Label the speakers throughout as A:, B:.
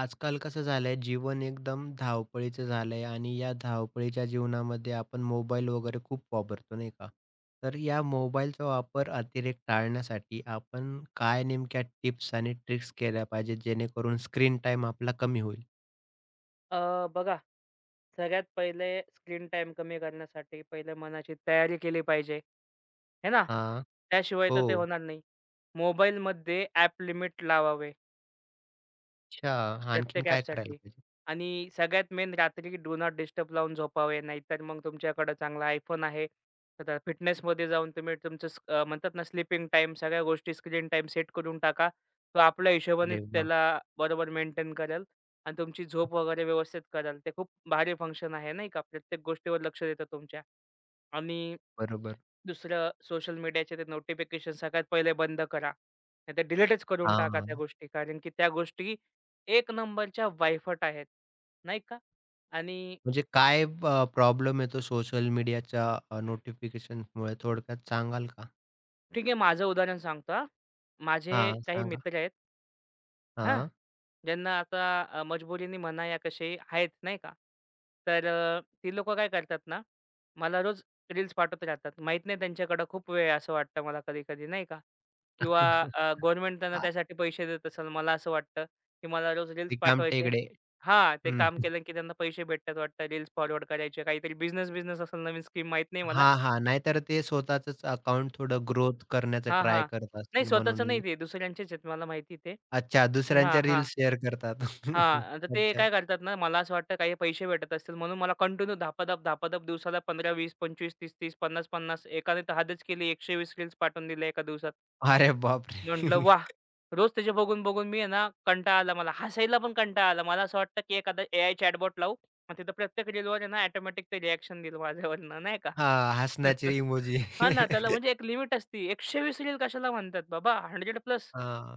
A: आजकाल कसं झालंय? जीवन एकदम धावपळीचं झालंय आणि या धावपळीच्या जीवनामध्ये आपण मोबाईल वगैरे खूप वापरतो नाही का? तर या मोबाईलचा वापर अतिरेक टाळण्यासाठी आपण काय नेमक्या टिप्स आणि ट्रिक्स केल्या पाहिजेत जेणेकरून स्क्रीन टाईम आपला कमी होईल?
B: बघा, सगळ्यात पहिले स्क्रीन टाईम कमी करण्यासाठी पहिले मनाची तयारी केली पाहिजे, आहे ना?
A: हां.
B: त्याशिवाय तर ते
A: हो.
B: होणार नाही. मोबाईलमध्ये ॲप लिमिट लावावे.
A: अच्छा. आणखीन
B: प्रत्येक
A: काय करायला
B: ॲपसाठी
A: पाहिजे?
B: आणि सगळ्यात मेन रात्री डू नॉट डिस्टर्ब लावून झोपावे. नाहीतर मग तुमच्याकडे चांगला iPhone आहे, तर फिटनेसमध्ये जाऊन तुम्ही तुमचं म्हणतात ना स्लीपिंग टाईम सगळ्या गोष्टी स्क्रीन टाईम सेट करून टाका. तो आपल्या हिशोबाने
A: अरे वाह!
B: त्याला बरोबर मेंटेन करेल आणि तुमची झोप वगैरे व्यवस्थित करेल. ते खूप भारी फंक्शन आहे नाही का. प्रत्येक गोष्टीवर लक्ष देतं तुमच्या. आणि
A: बरोबर.
B: दुसरं सोशल मीडियाचे ते नोटिफिकेशन सगळ्यात पहिले बंद करा. नाहीतर डिलीटच करून टाका
A: हां.
B: त्या गोष्टी. कारण की त्या गोष्टी एक नंबरच्या वायफट आहेत, नाही का? आणि
A: म्हणजे काय प्रॉब्लेम येतो सोशल मीडियाच्या नोटिफिकेशनमुळे थोडक्यात सांगाल का?
B: ठीक आहे माझं उदाहरण सांगतो हां. माझे
A: हां,
B: काही
A: सांगा.
B: मित्र आहेत हां.
A: हां.
B: ज्यांना आता मजबुरीने म्हणा या कसे आहेत नाही का. तर ती लोकं काय करतात ना, मला रोज रील्स पाठवत राहतात. माहीत नाही त्यांच्याकडं खूप वेळ आहे असं वाटतं मला कधी-कधी नाही का किंवा गव्हर्नमेंट त्यांना त्यासाठी पैसे देत असेल. मला असं वाटतं, की मला रोज रील्स
A: रिकाम
B: पाठवायचे
A: टेकडे.
B: हां, ते
A: हं.
B: काम केलं की त्यांना पैसे भेटतात वाटतं. रील्स फॉरवर्ड करायचे. काहीतरी बिझनेस-बिझनेस असेल नवीन स्कीम माहीत नाही मला.
A: हां, हां. नाहीतर ते स्वतःचंच अकाउंट थोडं ग्रोथ करण्याचा
B: हां,
A: ट्राय
B: हां.
A: करत
B: नाही
A: असतील
B: स्वतःचं नाही
A: म्हणूनही.
B: ते दुसऱ्यांचेच आहेत मला माहिती ते.
A: अच्छा,
B: हां,
A: दुसऱ्यांच्या
B: हां,
A: रील्स शेअर करतात.
B: हां. तर ते
A: अच्छा.
B: काय करतात ना, मला असं वाटतं काही पैसे भेटत असतील म्हणून मला कंटिन्यू धापाधप, धापाधप दिवसाला 15, 20, 25, 30, 30, 50, 50 एकाने तर हदच केली 120 रील्स पाठवून दिल्या एका दिवसात.
A: अरे
B: म्हटलं
A: बापरे!
B: वाह! रोज त्याचे बघून-बघून मी आहे ना कंटाळा आला मला. हसायला पण कंटाळा आला. मला असं वाटतं की एखादा एआय चॅटबॉट लावू आणि तिथं प्रत्येक रीलवर आहे ना ऑटोमॅटिक ते रिएक्शन देईल माझ्यावरनं नाही का?
A: हां, हसण्याची इमोजी.
B: हां ना, त्याला म्हणजे एक लिमिट असती. 120 रील कशाला म्हणतात बाबा 100+.
A: हां,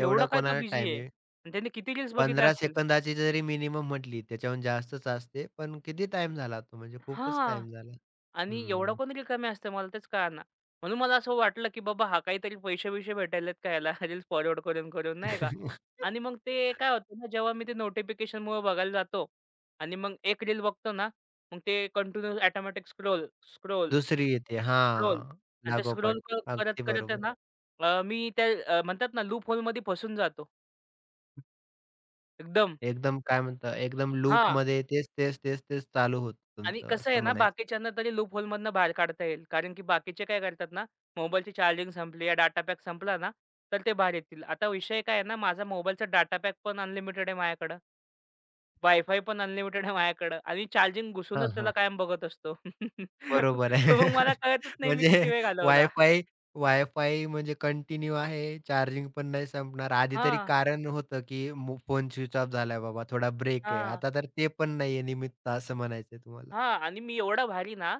B: एवढं
A: एवढं
B: काय तो
A: कोणाला
B: बिझी
A: टाईम
B: आहे?
A: आहे?
B: आणि त्यांनी किती रील्स बघितल्या
A: 15
B: असतील?
A: सेकंदाची जरी मिनिमम म्हटली, त्याच्याहून जास्तच असते. पण किती टाईम झाला तो म्हणजे खूपच
B: हां.
A: टाईम झाला.
B: आणि एवढा
A: हं.
B: कोण रिकाम्या असतं मला तेच कळेना. म्हणून मला असं वाटलं, की बाबा हा काहीतरी पैसे-बिसे भेटायलेत का ह्याला रील्स फॉरवर्ड करून-करून नाही का? आणि मग ते काय होतं ना, जेव्हा मी ते नोटिफिकेशनमुळे बघायला जातो आणि मग एक रील बघतो ना, मग ते कंटिन्यू ऑटोमॅटिक स्क्रोल, स्क्रोल,
A: दुसरी येते.
B: स्क्रोल,
A: हां,
B: आणि ते स्क्रोल
A: लागोपाठ.
B: करत,
A: अगदी
B: करत, आहे
A: बरोबर.
B: ना, मी त्या म्हणतात ना लूप होलमध्ये फसून जातो एकदम.
A: एकदम काय म्हणता, एकदम
B: हां.
A: लूपमध्ये तेच, तेच, तेच, तेच चालू होतं
B: आणि
A: तुमचं
B: कसं
A: असं
B: आहे ना,
A: म्हणायचं.
B: बाकीच्यांना तरी लूप होलमधनं बाहेर काढता येईल. कारण की बाकीचे काय करतात ना, मोबाईलची चार्जिंग संपली या डाटा पॅक संपला ना, तर ते बाहेर येतील. आता विषय काय आहे ना, माझा मोबाईलचा डाटा पॅक पण अनलिमिटेड आहे माझ्याकडं. वायफाय पण अनलिमिटेड आहे माझ्याकडं आणि चार्जिंग
A: हां,
B: घुसूनच त्याला
A: हां.
B: कायम बघत असतो.
A: बरोबर आहे.
B: मग मला कळतच नाही मी किती
A: म्हणजे
B: वेळ घालवला.
A: वायफाय वायफाय म्हणजे कंटिन्यू आहे, चार्जिंग पण नाही संपणार. आधी तरी
B: हां,
A: कारण होतं, की मो फोन स्विच ऑफ झालाय बाबा, थोडा ब्रेक आहे.
B: हां.
A: आता तर ते पण नाहीये निमित्त असं म्हणायचंय तुम्हाला.
B: हां आणि मी एवढा भारी ना,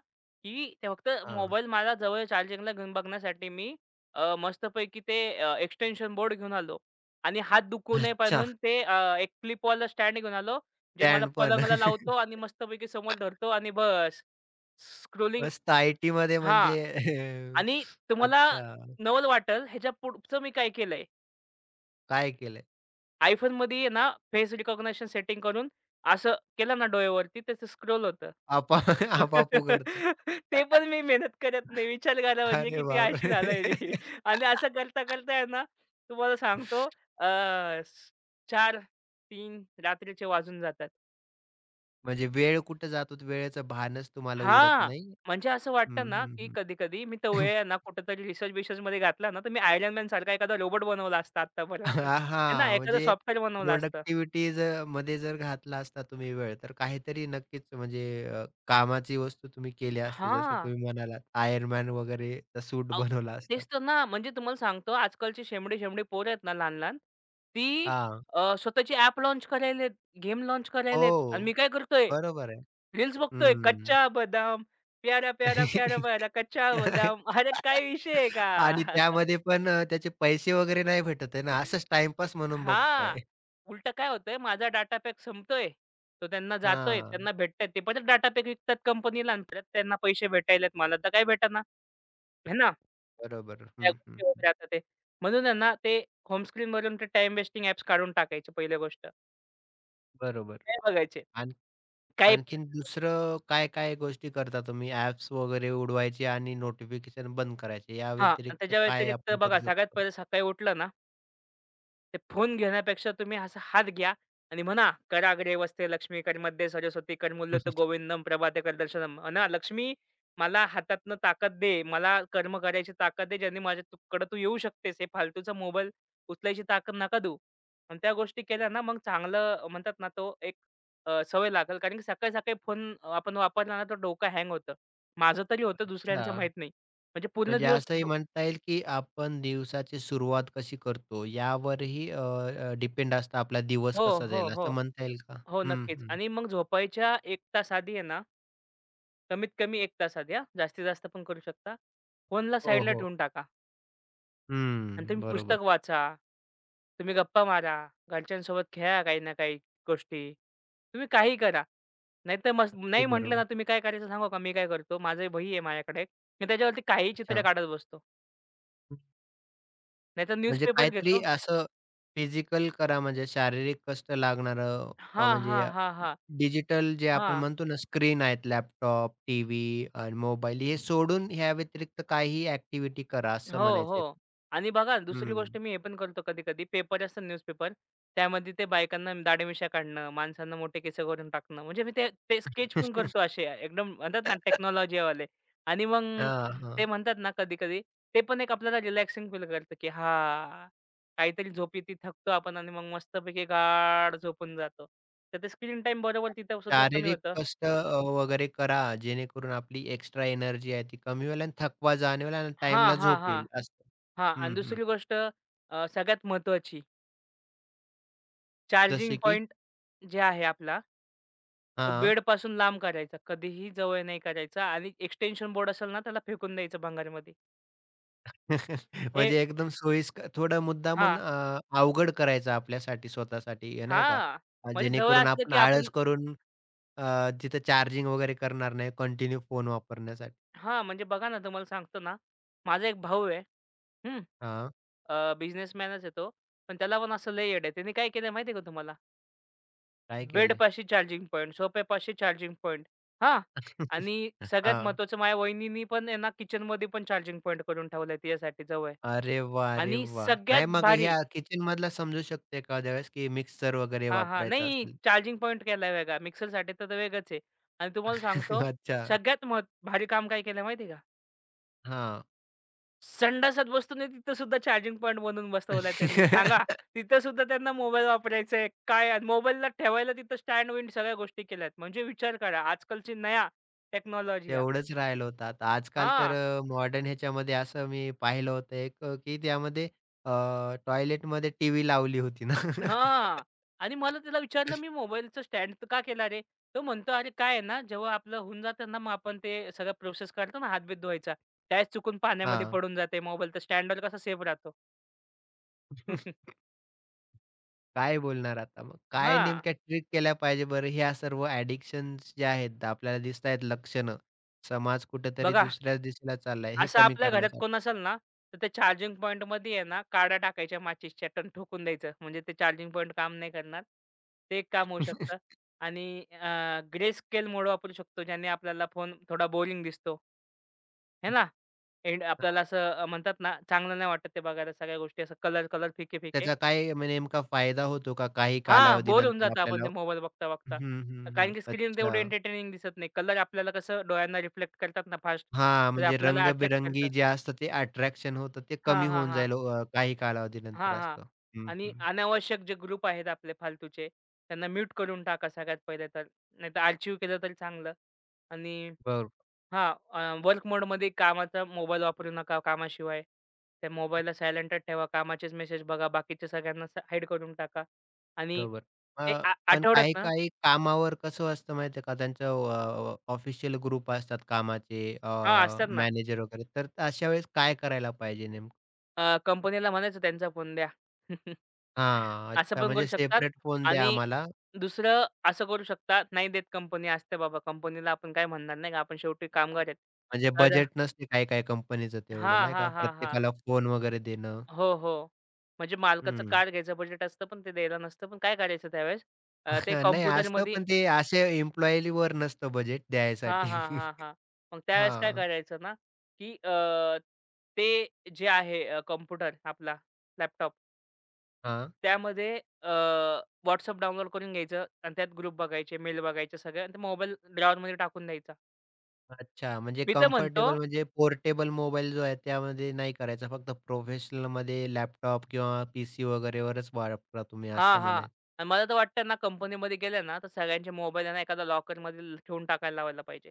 B: की ते फक्त
A: हां.
B: मोबाईल मला जवळ चार्जिंगला घेऊन बघण्यासाठी मी मस्तपैकी ते एक्सटेन्शन बोर्ड घेऊन आलो आणि हात दुखू नये
A: अच्छा.
B: म्हणून ते एक क्लिपवाला स्टँड घेऊन आलो, जे मला
A: स्टँड पण.
B: पलंगला लावतो आणि मस्तपैकी समोर धरतो आणि बस. स्क्रोलिंग
A: मस्त आय-टीमध्ये
B: हां.
A: म्हणजे
B: आणि तुम्हाला
A: अच्छा,
B: नवल वाटेल ह्याच्या पुढचं मी काय केलंय.
A: काय केलंय?
B: iPhoneमध्ये आहे ना, फेस रिकॉग्निशन सेटिंग करून असं केलं ना डोळ्यावरती, त्याचं स्क्रोल होतं.
A: आपोआप आपोआप उघडतं.
B: ते पण मी मेहनत करत नाही. विचार करा म्हणजे
A: अरे
B: किती आळशी झालोय मी.
A: बापरे!
B: आणि असं करता-करता आहे ना, तुम्हाला सांगतो अ, 4:00-3:00 रात्रीचे वाजून जातात.
A: म्हणजे वेळ कुठे जातो? वेळेचं भानच तुम्हाला उरत
B: हां,
A: नाही.
B: म्हणजे असं
A: हं,
B: वाटतं ना,
A: हं,
B: की
A: हं.
B: कधी-कधी मी तो वेळ आहे ना कुठेतरी रिसर्च-बिसर्चमध्ये घातला ना, तर मी आयर्न मॅन सारखा एखादा रोबोट बनवला असता आत्तापर्यंत. आहे ना,
A: हां,
B: एखादं
A: म्हणजे
B: सॉफ्टवेअर बनवलं असतं.
A: प्रोडक्टिव्हिटीज मध्ये जर घातला असता तुम्ही वेळ तर काहीतरी नक्कीच म्हणजे कामाची वस्तू तुम्ही केली असती. जसं
B: हां.
A: तुम्ही म्हणालात Iron Man वगैरेचा सूट
B: अहो,
A: बनवला असता.
B: तेच तर ना, म्हणजे तुम्हाला सांगतो आजकालची शेंबडी-शेंबडी पोरं आहेत ना लहान-लहान, ती
A: हां.
B: स्वतःची ॲप लाँच करायलेत, गेम लाँच करायलेत आणि
A: हो,
B: मी काय करतोय,
A: बरोबर आहे.
B: रील्स बघतोय.
A: हं.
B: कच्चा बदाम, प्यारा प्यारा प्यारा प्यारा कच्चा बदाम. अरे काय विषय आहे का?
A: आणि त्यामध्ये पण त्याचे पैसे वगैरे नाही भेटत आहे ना, असंच टाईमपास म्हणून
B: हां,
A: बघताय.
B: उलटं काय होतंय, माझा डाटा पॅक संपतोय, तो त्यांना जातोय,
A: हां,
B: त्यांना भेटतंय. ते परत डाटा पॅक विकतात कंपनीला आणि परत त्यांना पैसे भेटायलेत. मला तर काय भेटेना, हे ना?
A: बरोबर.
B: त्या
A: हं, हं,
B: गोष्टी होत
A: हं.
B: राहतात ते. म्हणून आहे ना, ते होम स्क्रीनवरून ते टाइम वेस्टिंग ॲप्स काढून टाकायचे पहिली गोष्ट.
A: बरोबर.
B: नाही बघायचे.
A: आण
B: काही फरक
A: आणखीन
B: नाही पडत.
A: दुसरं काय-काय गोष्टी करता तुम्ही? ॲप्स वगैरे उडवायचे आणि नोटिफिकेशन बंद करायचे. या
B: हां. आणि
A: व्यतिरिक्त
B: त्याच्या
A: काय
B: व्यतिरिक्त
A: आपण करू
B: बघा सगळ्यात
A: शकतो?
B: पहिले सकाळी उठलं ना ते फोन घेण्यापेक्षा तुम्ही असा हात घ्या आणि म्हणा, कराग्रे वस्ते लक्ष्मी, कर्मध्ये सरस्वती, करमुल्यते गोविंदम, प्रभाते करदर्शनम. म्हणा, "लक्ष्मी, मला हातातनं ताकद दे. मला कर्म करायची ताकद दे, ज्याने माझ्याकडे तू येऊ शकतेस. हे फालतूचा मोबाईल उचलायची ताकद नका देऊ." आणि त्या गोष्टी केल्या ना, मग चांगलं म्हणतात ना, तो एक सवय लागेल. कारण की सकाळी-सकाळी फोन आपण वापरला ना, तर डोकं हँग होतं. माझं तरी होतं,
A: अच्छा.
B: दुसऱ्यांचं माहीत नाही. म्हणजे पूर्ण
A: म्हणजे
B: दिवस
A: असंही म्हणता येईल, की आपण दिवसाची सुरुवात कशी करतो यावरही डिपेंड असतं आपला दिवस
B: हो,
A: कसा
B: हो,
A: जाईल, असं
B: हो.
A: म्हणता येईल का?
B: हो,
A: हं,
B: नक्कीच आणि मग झोपायच्या 1 तास आधी आहे ना कमीत कमी 1 तास आधी हां, जास्तीत जास्त पण करू शकता. फोनला
A: हो,
B: साईडला
A: हो.
B: ठेवून टाका आणि
A: हं.
B: तुम्ही
A: बरोबर.
B: पुस्तक वाचा, तुम्ही गप्पा मारा, घरच्यांसोबत खेळा काही ना काही गोष्टी. तुम्ही काही करा. नाहीतर मस्त
A: अगदी
B: नाही म्हटलं ना
A: बरोबर.
B: तुम्ही काय करायचं सांगू का? मी काय करतो, माझी वही आहे माझ्याकडे. मी त्याच्यावरती काहीही चित्र
A: अच्छा.
B: काढत बसतो.
A: हं.
B: नाहीतर
A: म्हणजे
B: न्यूजपेपर
A: काहीतरी
B: घेतो
A: असं फिजिकल करा म्हणजे शारीरिक कष्ट लागणारं.
B: हां, हां,
A: म्हणजे
B: हां, हां.
A: डिजिटल जे आपण
B: हां.
A: म्हणतो ना स्क्रीन आहेत, लॅपटॉप, टीव्ही आणि मोबाईल हे सोडून ह्या व्यतिरिक्त काही ॲक्टिव्हिटी करा असं
B: हो,
A: म्हणायचंय.
B: हो. आणि बघा दुसरी
A: हं.
B: गोष्ट मी हे पण करतो कधी-कधी पेपर असतात न्यूजपेपर. त्यामध्ये ते बायकांना दाढी-मिशा काढणं, माणसांना मोठे केस करून टाकणं. म्हणजे मी ते ते स्केच पण करतो असे एकदम म्हणतात ना टेक्नॉलॉजीवाले. आणि मग
A: हां,
B: ते
A: हां.
B: म्हणतात ना कधी-कधी ते पण एक आपल्याला रिलॅक्सिंग फील करतं, की हां, काहीतरी झोप येते, थकतो आपण आणि मग मस्तपैकी गाढ झोपून जातो. तर ते स्क्रीन टाईम बरोबर तिथं सुद्धा कमी
A: शारीरिक
B: होतं.
A: कष्ट वगैरे करा जेणेकरून आपली एक्स्ट्रा एनर्जी आहे ती कमी होईल आणि थकवा जाणवेल आणि टाईमला
B: हां, हां,
A: झोप
B: हां,
A: येईल असं.
B: हां.
A: हं,
B: आणि
A: हं.
B: दुसरी गोष्ट सगळ्यात महत्त्वाची
A: जसे की?
B: चार्जिंग जे आहे आपला, तो बेड
A: हां.
B: बेडपासून लांब करायचा. कधीही जवळ नाही करायचा आणि एक्सटेन्शन बोर्ड असेल ना, त्याला फेकून द्यायचं भंगारमध्ये. हे
A: म्हणजे एकदम सोयीस्कर थोडं मुद्दामून
B: हां,
A: अवघड करायचं आपल्यासाठी, स्वतःसाठी, नाही का?
B: हां. म्हणजे जवळ
A: जेणेकरून
B: असलं
A: आपण
B: की आपण
A: आळस करून तिथं चार्जिंग वगैरे करणार नाही कंटिन्यू फोन वापरण्यासाठी.
B: हां, म्हणजे बघा ना, तुम्हाला सांगतो ना, माझा एक भाऊ आहे. हं,
A: हां,
B: बिझनेसमॅनच आहे तो. पण त्याला पण असं लय येड आहे. त्याने काय केलं माहिती का तुम्हाला?
A: काय केलंय?
B: बेडपाशी चार्जिंग पॉइंट, सोफ्यापाशी चार्जिंग पॉइंट. हां. आणि सगळ्यात
A: हां.
B: महत्त्वाचं माझ्या वहिनींनी पण आहे ना, किचनमध्ये पण चार्जिंग पॉइंट करून ठेवलाय तिच्यासाठी जवळ.
A: अरे वाह! अरे
B: आणि
A: वाह! नाही,
B: सगळ्यात
A: मग
B: भारी
A: ह्या किचनमधला समजू शकते का वेळेस, की मिक्सर वगैरे
B: हां, हां.
A: वापरायचा
B: नाही
A: असेल?
B: चार्जिंग पॉइंट केलाय वेगळा. मिक्सरसाठी तर ते वेगळंच आहे. आणि तुम्हाला सांगतो
A: अच्छा.
B: सगळ्यात मह भारी काम काय केलं माहिती आहे का?
A: हां.
B: संडासात बसतो ना तिथं सुद्धा चार्जिंग पॉइंट बनवून बसवलाय त्यांनी. सांगा तिथं सुद्धा त्यांना मोबाईल वापरायचा आहे. काय मोबाईलला ठेवायला तिथं स्टँड-विंड सगळ्या गोष्टी केल्यात. म्हणजे विचार करा आजकालची नया टेक्नॉलॉजी या.
A: तेवढंच राहिलं होतं. आता आजकाल तर मॉडर्न ह्याच्यामध्ये असं मी पाहिलं होतं एक, की त्यामध्ये अ, टॉयलेटमध्ये टीव्ही लावली होती ना.
B: हां. आणि मला त्याला विचारलं, "मी मोबाईलचं स्टँड का केला रे?" तो म्हणतो, "अरे काय आहे ना, जेव्हा आपलं होऊन जातं ना, मग आपण ते सगळं प्रोसेस करतो ना, हातबीत धुवायचा, त्यावेळेस चुकून पाण्यामध्ये
A: हां.
B: पडून जाते मोबाईल, तर स्टँडवर कसा सेफ राहतो."
A: काय बोलणार आता मग? काय
B: हां.
A: नेमक्या ट्रिक केल्या पाहिजे बरं ह्या सर्व ॲडिक्शन्स ज्या आहेत आपल्याला दिसतायत लक्षणं. समाज कुठेतरी
B: बघा,
A: दुसऱ्याच दिशेला चाललाय हे
B: असं
A: कमी
B: आपल्या घरात
A: करण्यासाठी.
B: कोण असेल ना, तर त्या चार्जिंग पॉइंटमध्ये आहे ना, काड्या टाकायच्या माचीसच्या टन ठोकून द्यायचं. म्हणजे ते चार्जिंग पॉइंट काम नाही करणार. ते एक काम होऊ शकतं. आणि ग्रे स्केल मोड वापरू शकतो, ज्याने आपल्याला फोन थोडा बोरिंग दिसतो, है ना? एंड आपल्याला
A: हां.
B: असं म्हणतात ना, चांगलं नाही वाटत ते बघायला सगळ्या गोष्टी असं कलर-कलर, फिके-फिके.
A: त्याचा काय म्हणजे नेमका फायदा होतो का काही
B: हां, बोर होऊन
A: कालावधीनंतर
B: जातो आपण
A: आपल्याला?
B: ते मोबाईल
A: हं,
B: बघता-बघता.
A: हं, हं.
B: कारण की स्क्रीन तेवढी
A: अच्छा.
B: एंटरटेनिंग दिसत नाही. कलर आपल्याला कसं डोळ्यांना रिफ्लेक्ट करतात ना फास्ट,
A: हां,
B: तर
A: म्हणजे
B: आपल्याला अट्रॅक्ट
A: रंगबेरंगी
B: करतात.
A: जे असतं ते अट्रॅक्शन होतं ते
B: हां,
A: कमी
B: हां,
A: होऊन
B: हां.
A: जाईल काही कालावधीनंतर
B: हां, हां.
A: असतं. हं,
B: आणि
A: हं.
B: अनावश्यक जे ग्रुप आहेत आपले फालतूचे, त्यांना म्यूट करून टाका सगळ्यात पहिले तर. नाहीतर आर्चिव्ह केलं तरी चांगलं आणि
A: बरो
B: हां. वर्क मोडमध्ये कामाचा मोबाईल वापरू नका कामाशिवाय. त्या मोबाईलला सायलेंटच ठेवा. कामाचेच मेसेज बघा. बाकीचे सगळ्यांना हाईड करून टाका. आणि
A: बरोबर.
B: ते
A: अ, पण
B: आठवड्यातनं
A: काही-काही कामावर कसं असतं माहिती आहे का त्यांचं? ऑफिशियल ग्रुप असतात कामाचे.
B: हां, असतात ना.
A: मॅनेजर वगैरे, तर अशा वेळेस काय करायला पाहिजे नेमकं?
B: कंपनीला म्हणायचं त्यांचा फोन द्या.
A: हां,
B: असं
A: अच्छा,
B: पण करू
A: म्हणजे
B: शकतात
A: सेपरेट फोन द्या
B: आणि
A: आम्हाला.
B: दुसरं असं करू शकता, नाही देत कंपनी असते बाबा. कंपनीला आपण काय म्हणणार नाही का, आपण शेवटी कामगार आहेत.
A: म्हणजे
B: तर
A: बजेट नसते काही-काही कंपनीचं
B: हां,
A: तेवढं नाही का
B: हां, हां, हां.
A: प्रत्येकाला फोन वगैरे देणं.
B: हो, हो. म्हणजे मालकाचं
A: हं.
B: कार घ्यायचं बजेट असतं, पण ते द्यायला नसतं. पण काय करायचं त्यावेळेस ते
A: नाही असतं,
B: कॉम्प्युटरमध्ये
A: पण ते अशा एम्प्लॉयीवर नसतं बजेट
B: हां,
A: द्यायसाठी.
B: हां, हां, हां. मग त्यावेळेस काय
A: हां,
B: करायचं ना, की ते जे आहे कॉम्प्युटर आपला लॅपटॉप
A: हां.
B: त्यामध्ये अ, डाउनलोड करून घ्यायचं आणि त्यात ग्रुप बघायचे, मेल बघायचे सगळे आणि ते मोबाईल ड्रॉवरमध्ये टाकून द्यायचा.
A: अच्छा, म्हणजे
B: मी तर म्हणतो
A: कम्फर्टेबल म्हणजे पोर्टेबल मोबाईल जो आहे त्यामध्ये नाही करायचा. फक्त प्रोफेशनलमध्ये लॅपटॉप किंवा पीसी वगैरेवरच वापरा तुम्ही, असं
B: हां, हां.
A: म्हणायचं.
B: आणि मला तर वाटतं ना कंपनीमध्ये गेले ना, तर सगळ्यांचे मोबाईल आहे ना एखाद्या लॉकरमध्ये ठेवून टाकायला लावायला पाहिजे.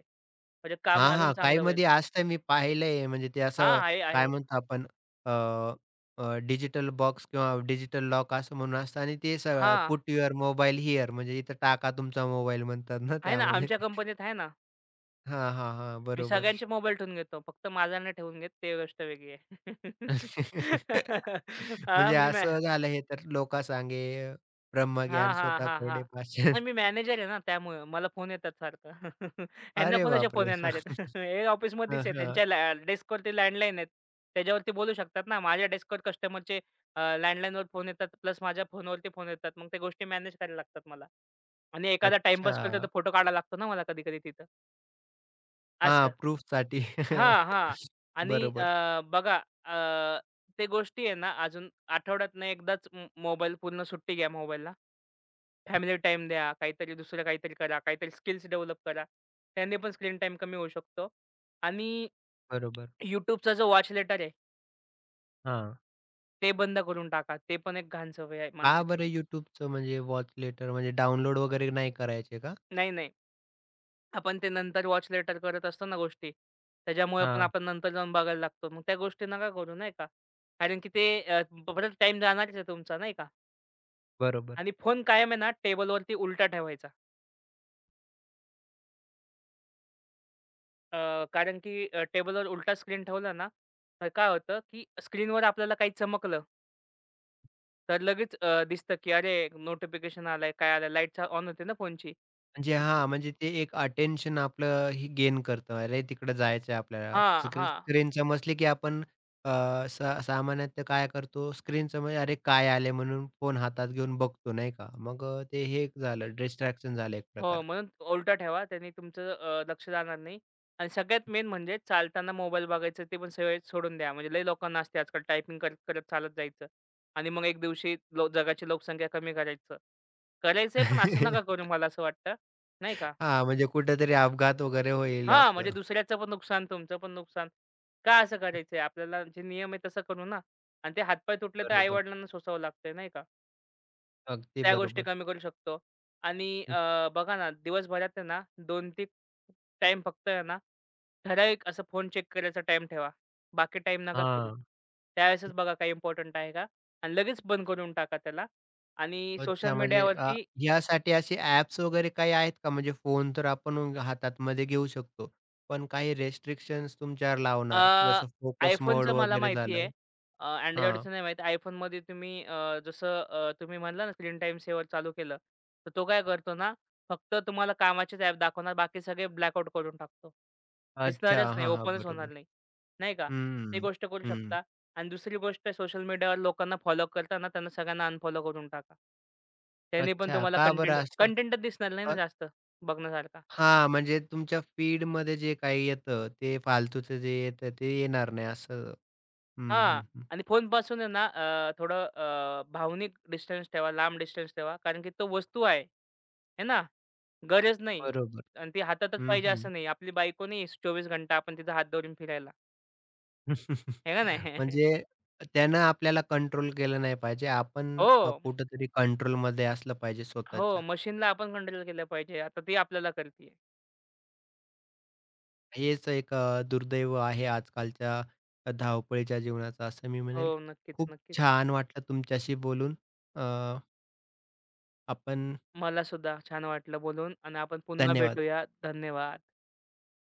B: म्हणजे
A: हां,
B: काम अजून
A: हां.
B: चांगलं होईल.
A: काहीमध्ये असतं, मी पाहिलंय म्हणजे ते
B: हां,
A: असं,
B: आहे,
A: काय
B: आहे.
A: म्हणतो आपण, डिजिटल बॉक्स किंवा डिजिटल लॉक असं म्हणून असतं आणि ते सगळं
B: हां,
A: पुट युअर मोबाईल हिअर म्हणजे इथं टाका तुमचा मोबाईल, म्हणतात ना
B: आहे ना
A: त्यामध्ये.
B: आमच्या कंपनीत आहे ना.
A: हां, हां, हां.
B: मी
A: बरोबर.
B: सगळ्यांचे मोबाईल ठेवून घेतो. फक्त माझा नाही ठेवून घेत ते गोष्ट वेगळी आहे. हां,
A: म्हणजे
B: मी मॅ
A: असं झालं हे तर "लोका सांगे ब्रह्मज्ञान,
B: हां, हां,
A: स्वतः
B: हां, हां.
A: कोरडे पाषाण."
B: नाही मी मॅनेजर आहे ना त्यामुळं मला फोन येतात सारखं. ह्यांना
A: अरे
B: कोणाचे
A: बापरे!
B: फोन येणार आहेत? हे
A: हं,
B: ऑफिसमध्येच आहे.
A: हं.
B: त्यांच्या डेस्कवरती लँडलाईन आहेत. त्याच्यावरती बोलू शकतात ना. माझ्या डेस्कवर कस्टमरचे लँडलाईनवर फोन येतात प्लस माझ्या फोनवरती फोन येतात. मग त्या गोष्टी मॅनेज करायला लागतात मला आणि एखादा टाईमपास करतो तर
A: अच्छा.
B: फोटो काढायला लागतो ना मला कधी-कधी तिथं.
A: हां, प्रूफसाठी.
B: हां, हां. आणि
A: बरोबर,
B: बघा अ, ते गोष्टी आहे ना अजून आठवड्यातनं एकदाच मोबाईल पूर्ण सुट्टी घ्या मोबाईलला. फॅमिली टाइम द्या, काहीतरी दुसरं काहीतरी करा, काहीतरी स्किल्स डेव्हलप करा. त्याने पण स्क्रीन टाइम कमी होऊ शकतो. आणि
A: बरोबर.
B: YouTubeचा जो वॉच लेटर आहे,
A: हां.
B: ते बंद करून टाका. ते पण एक घाण सवय आहे
A: का
B: माणसाची.
A: बरं YouTubeचं म्हणजे वॉच लेटर म्हणजे डाउनलोड वगैरे नाही करायचे का?
B: नाही, नाही. आपण ते नंतर वॉच लेटर करत असतो ना गोष्टी, त्याच्यामुळे पण
A: हां,
B: आपण नंतर जाऊन बघायला लागतो. मग त्या गोष्टी नका करू, नाही का. कारण की ते परत टाईम जाणारच आहे तुमचा, नाही का.
A: बरोबर.
B: आणि फोन कायम आहे ना टेबलवरती उलटा ठेवायचा. अ, कारण की टेबलवर उलटा स्क्रीन ठेवला ना, तर काय होतं, की स्क्रीनवर आपल्याला काही चमकलं, तर लगेच दिसतं, की अरे नोटिफिकेशन आलंय, काय आलं, लाईट ऑन होते ना फोनची. तर
A: म्हणजे ते एक अटेन्शन आपलं ही गेन करतं. अरे, तिकडं जायचंय आपल्याला.
B: हां, हां.
A: स्क्रीन समजली की आपण अ, सा सामान्यतः काय करतो, स्क्रीन समोर अरे, काय आले म्हणून फोन हातात घेऊन बघतो, नाही का? मग ते हे एक झालं, डिस्ट्रॅक्शन झालं एक
B: हो,
A: प्रकारचं.
B: म्हणून उलटं ठेवा. त्याने तुमचं लक्ष जाणार नाही आणि सगळ्यात मेन म्हणजे चालताना मोबाईल बघायचं ते पण सवय सोडून द्या. म्हणजे लई लोकांना असते आजकाल टायपिंग करत, करत चालत जायचं आणि मग एक दिवशी जगाची लोकसंख्या कमी करायचं. करायचंय पण असं
A: हां,
B: नका करू मला असं वाटतं, नाही का?
A: म्हणजे कुठेतरी अपघात वगैरे होईल
B: हां,
A: असं.
B: म्हणजे दुसऱ्याचं पण नुकसान, तुमचं पण नुकसान. का असं
A: हं,
B: करायचंय? आपल्याला जे नियम आहे तसं करू ना आणि ते हातपाय तुटले तर
A: बरोबर.
B: आई-वडिलांना सोसावं लागतंय, नाही का?
A: अगदी
B: त्या गोष्टी
A: बरोबर.
B: कमी करू शकतो आणि
A: हं,
B: बघा ना, दिवसभरात आहे ना 2 ते टाईम फक्त आहे ना, ठराविक असं फोन चेक करायचा टाईम ठेवा. बाकी टाईम नका करू.
A: हां.
B: त्यावेळेसच बघा काही इम्पोर्टंट आहे का? आणि लगेच बंद करून टाका त्याला आणि
A: अच्छा,
B: सोशल
A: म्हणजे
B: मीडियावरती
A: यासाठी असे ॲप्स वगैरे काही आहेत का? म्हणजे फोन तर आपण हातात मध्ये घेऊ शकतो. पण काही रिस्ट्रिक्शन्स तुमच्यावर
B: अ,
A: लावणार, जसं फोकस मोड
B: iPhoneचं मला
A: वगैरे
B: माहिती
A: झालं.
B: आहे.
A: हां.
B: Androidचं नाही माहीत. iPhoneमध्ये तुम्ही तुम्ही म्हणला ना स्क्रीन टाईम सेव्हर चालू केलं, तर तो काय करतो ना, फक्त तुम्हाला कामाचेच ॲप दाखवणार, बाकी सगळे ब्लॅकआउट करून टाकतो.
A: अच्छा.
B: दिसणारच नाही,
A: हां, हां.
B: ओपनच होणार
A: बरोबर.
B: नाही, नाही का? ते
A: हं,
B: गोष्ट करू
A: हं.
B: शकता आणि दुसरी गोष्ट सोशल मीडियावर लोकांना फॉलो करताना त्यांना सगळ्यांना अनफॉलो करून टाका. त्यांनी पण
A: अच्छा,
B: तुम्हाला
A: का बरं
B: कंटेंट
A: असं?
B: कंटेंटच दिसणार नाही ना
A: अ,
B: जास्त बघण्यासारखा.
A: हां, म्हणजे तुमच्या फीडमध्ये जे काही येतं, ते फालतूचं जे येतं, ते येणार नाही असं. हं,
B: हां.
A: हं, हं.
B: आणि फोनपासून आहे ना थोडं भावनिक डिस्टन्स ठेवा, लांब डिस्टन्स ठेवा. कारण की तो वस्तू आहे. आहे ना? गरज नाही.
A: बरोबर.
B: आणि ती हातातच
A: हं,
B: पाहिजे
A: हं.
B: असं नाही. आपली बायको नाही 24 घंटा आपण तिचा हात धरून फिरायला. आहे का नाही?
A: म्हणजे त्यानं आपल्याला कंट्रोल केलं नाही पाहिजे. आपण
B: हो.
A: कुठंतरी कंट्रोलमध्ये असलं पाहिजे
B: हो.
A: स्वतःच्या.
B: मशीनला आपण कंट्रोल केलं पाहिजे. आता ती आपल्याला करतीये.
A: हेच एक दुर्दैव आहे आजकालच्या धावपळीच्या जीवनाचं असं मी म्हणेल.
B: हो. नक्कीच,
A: खूप
B: नक्कीच.
A: छान वाटलं तुमच्याशी बोलून. अ, आपण
B: मला सुद्धा छान वाटलं बोलून आणि आपण पुन्हा
A: धन्यवाद.
B: भेटूया. धन्यवाद.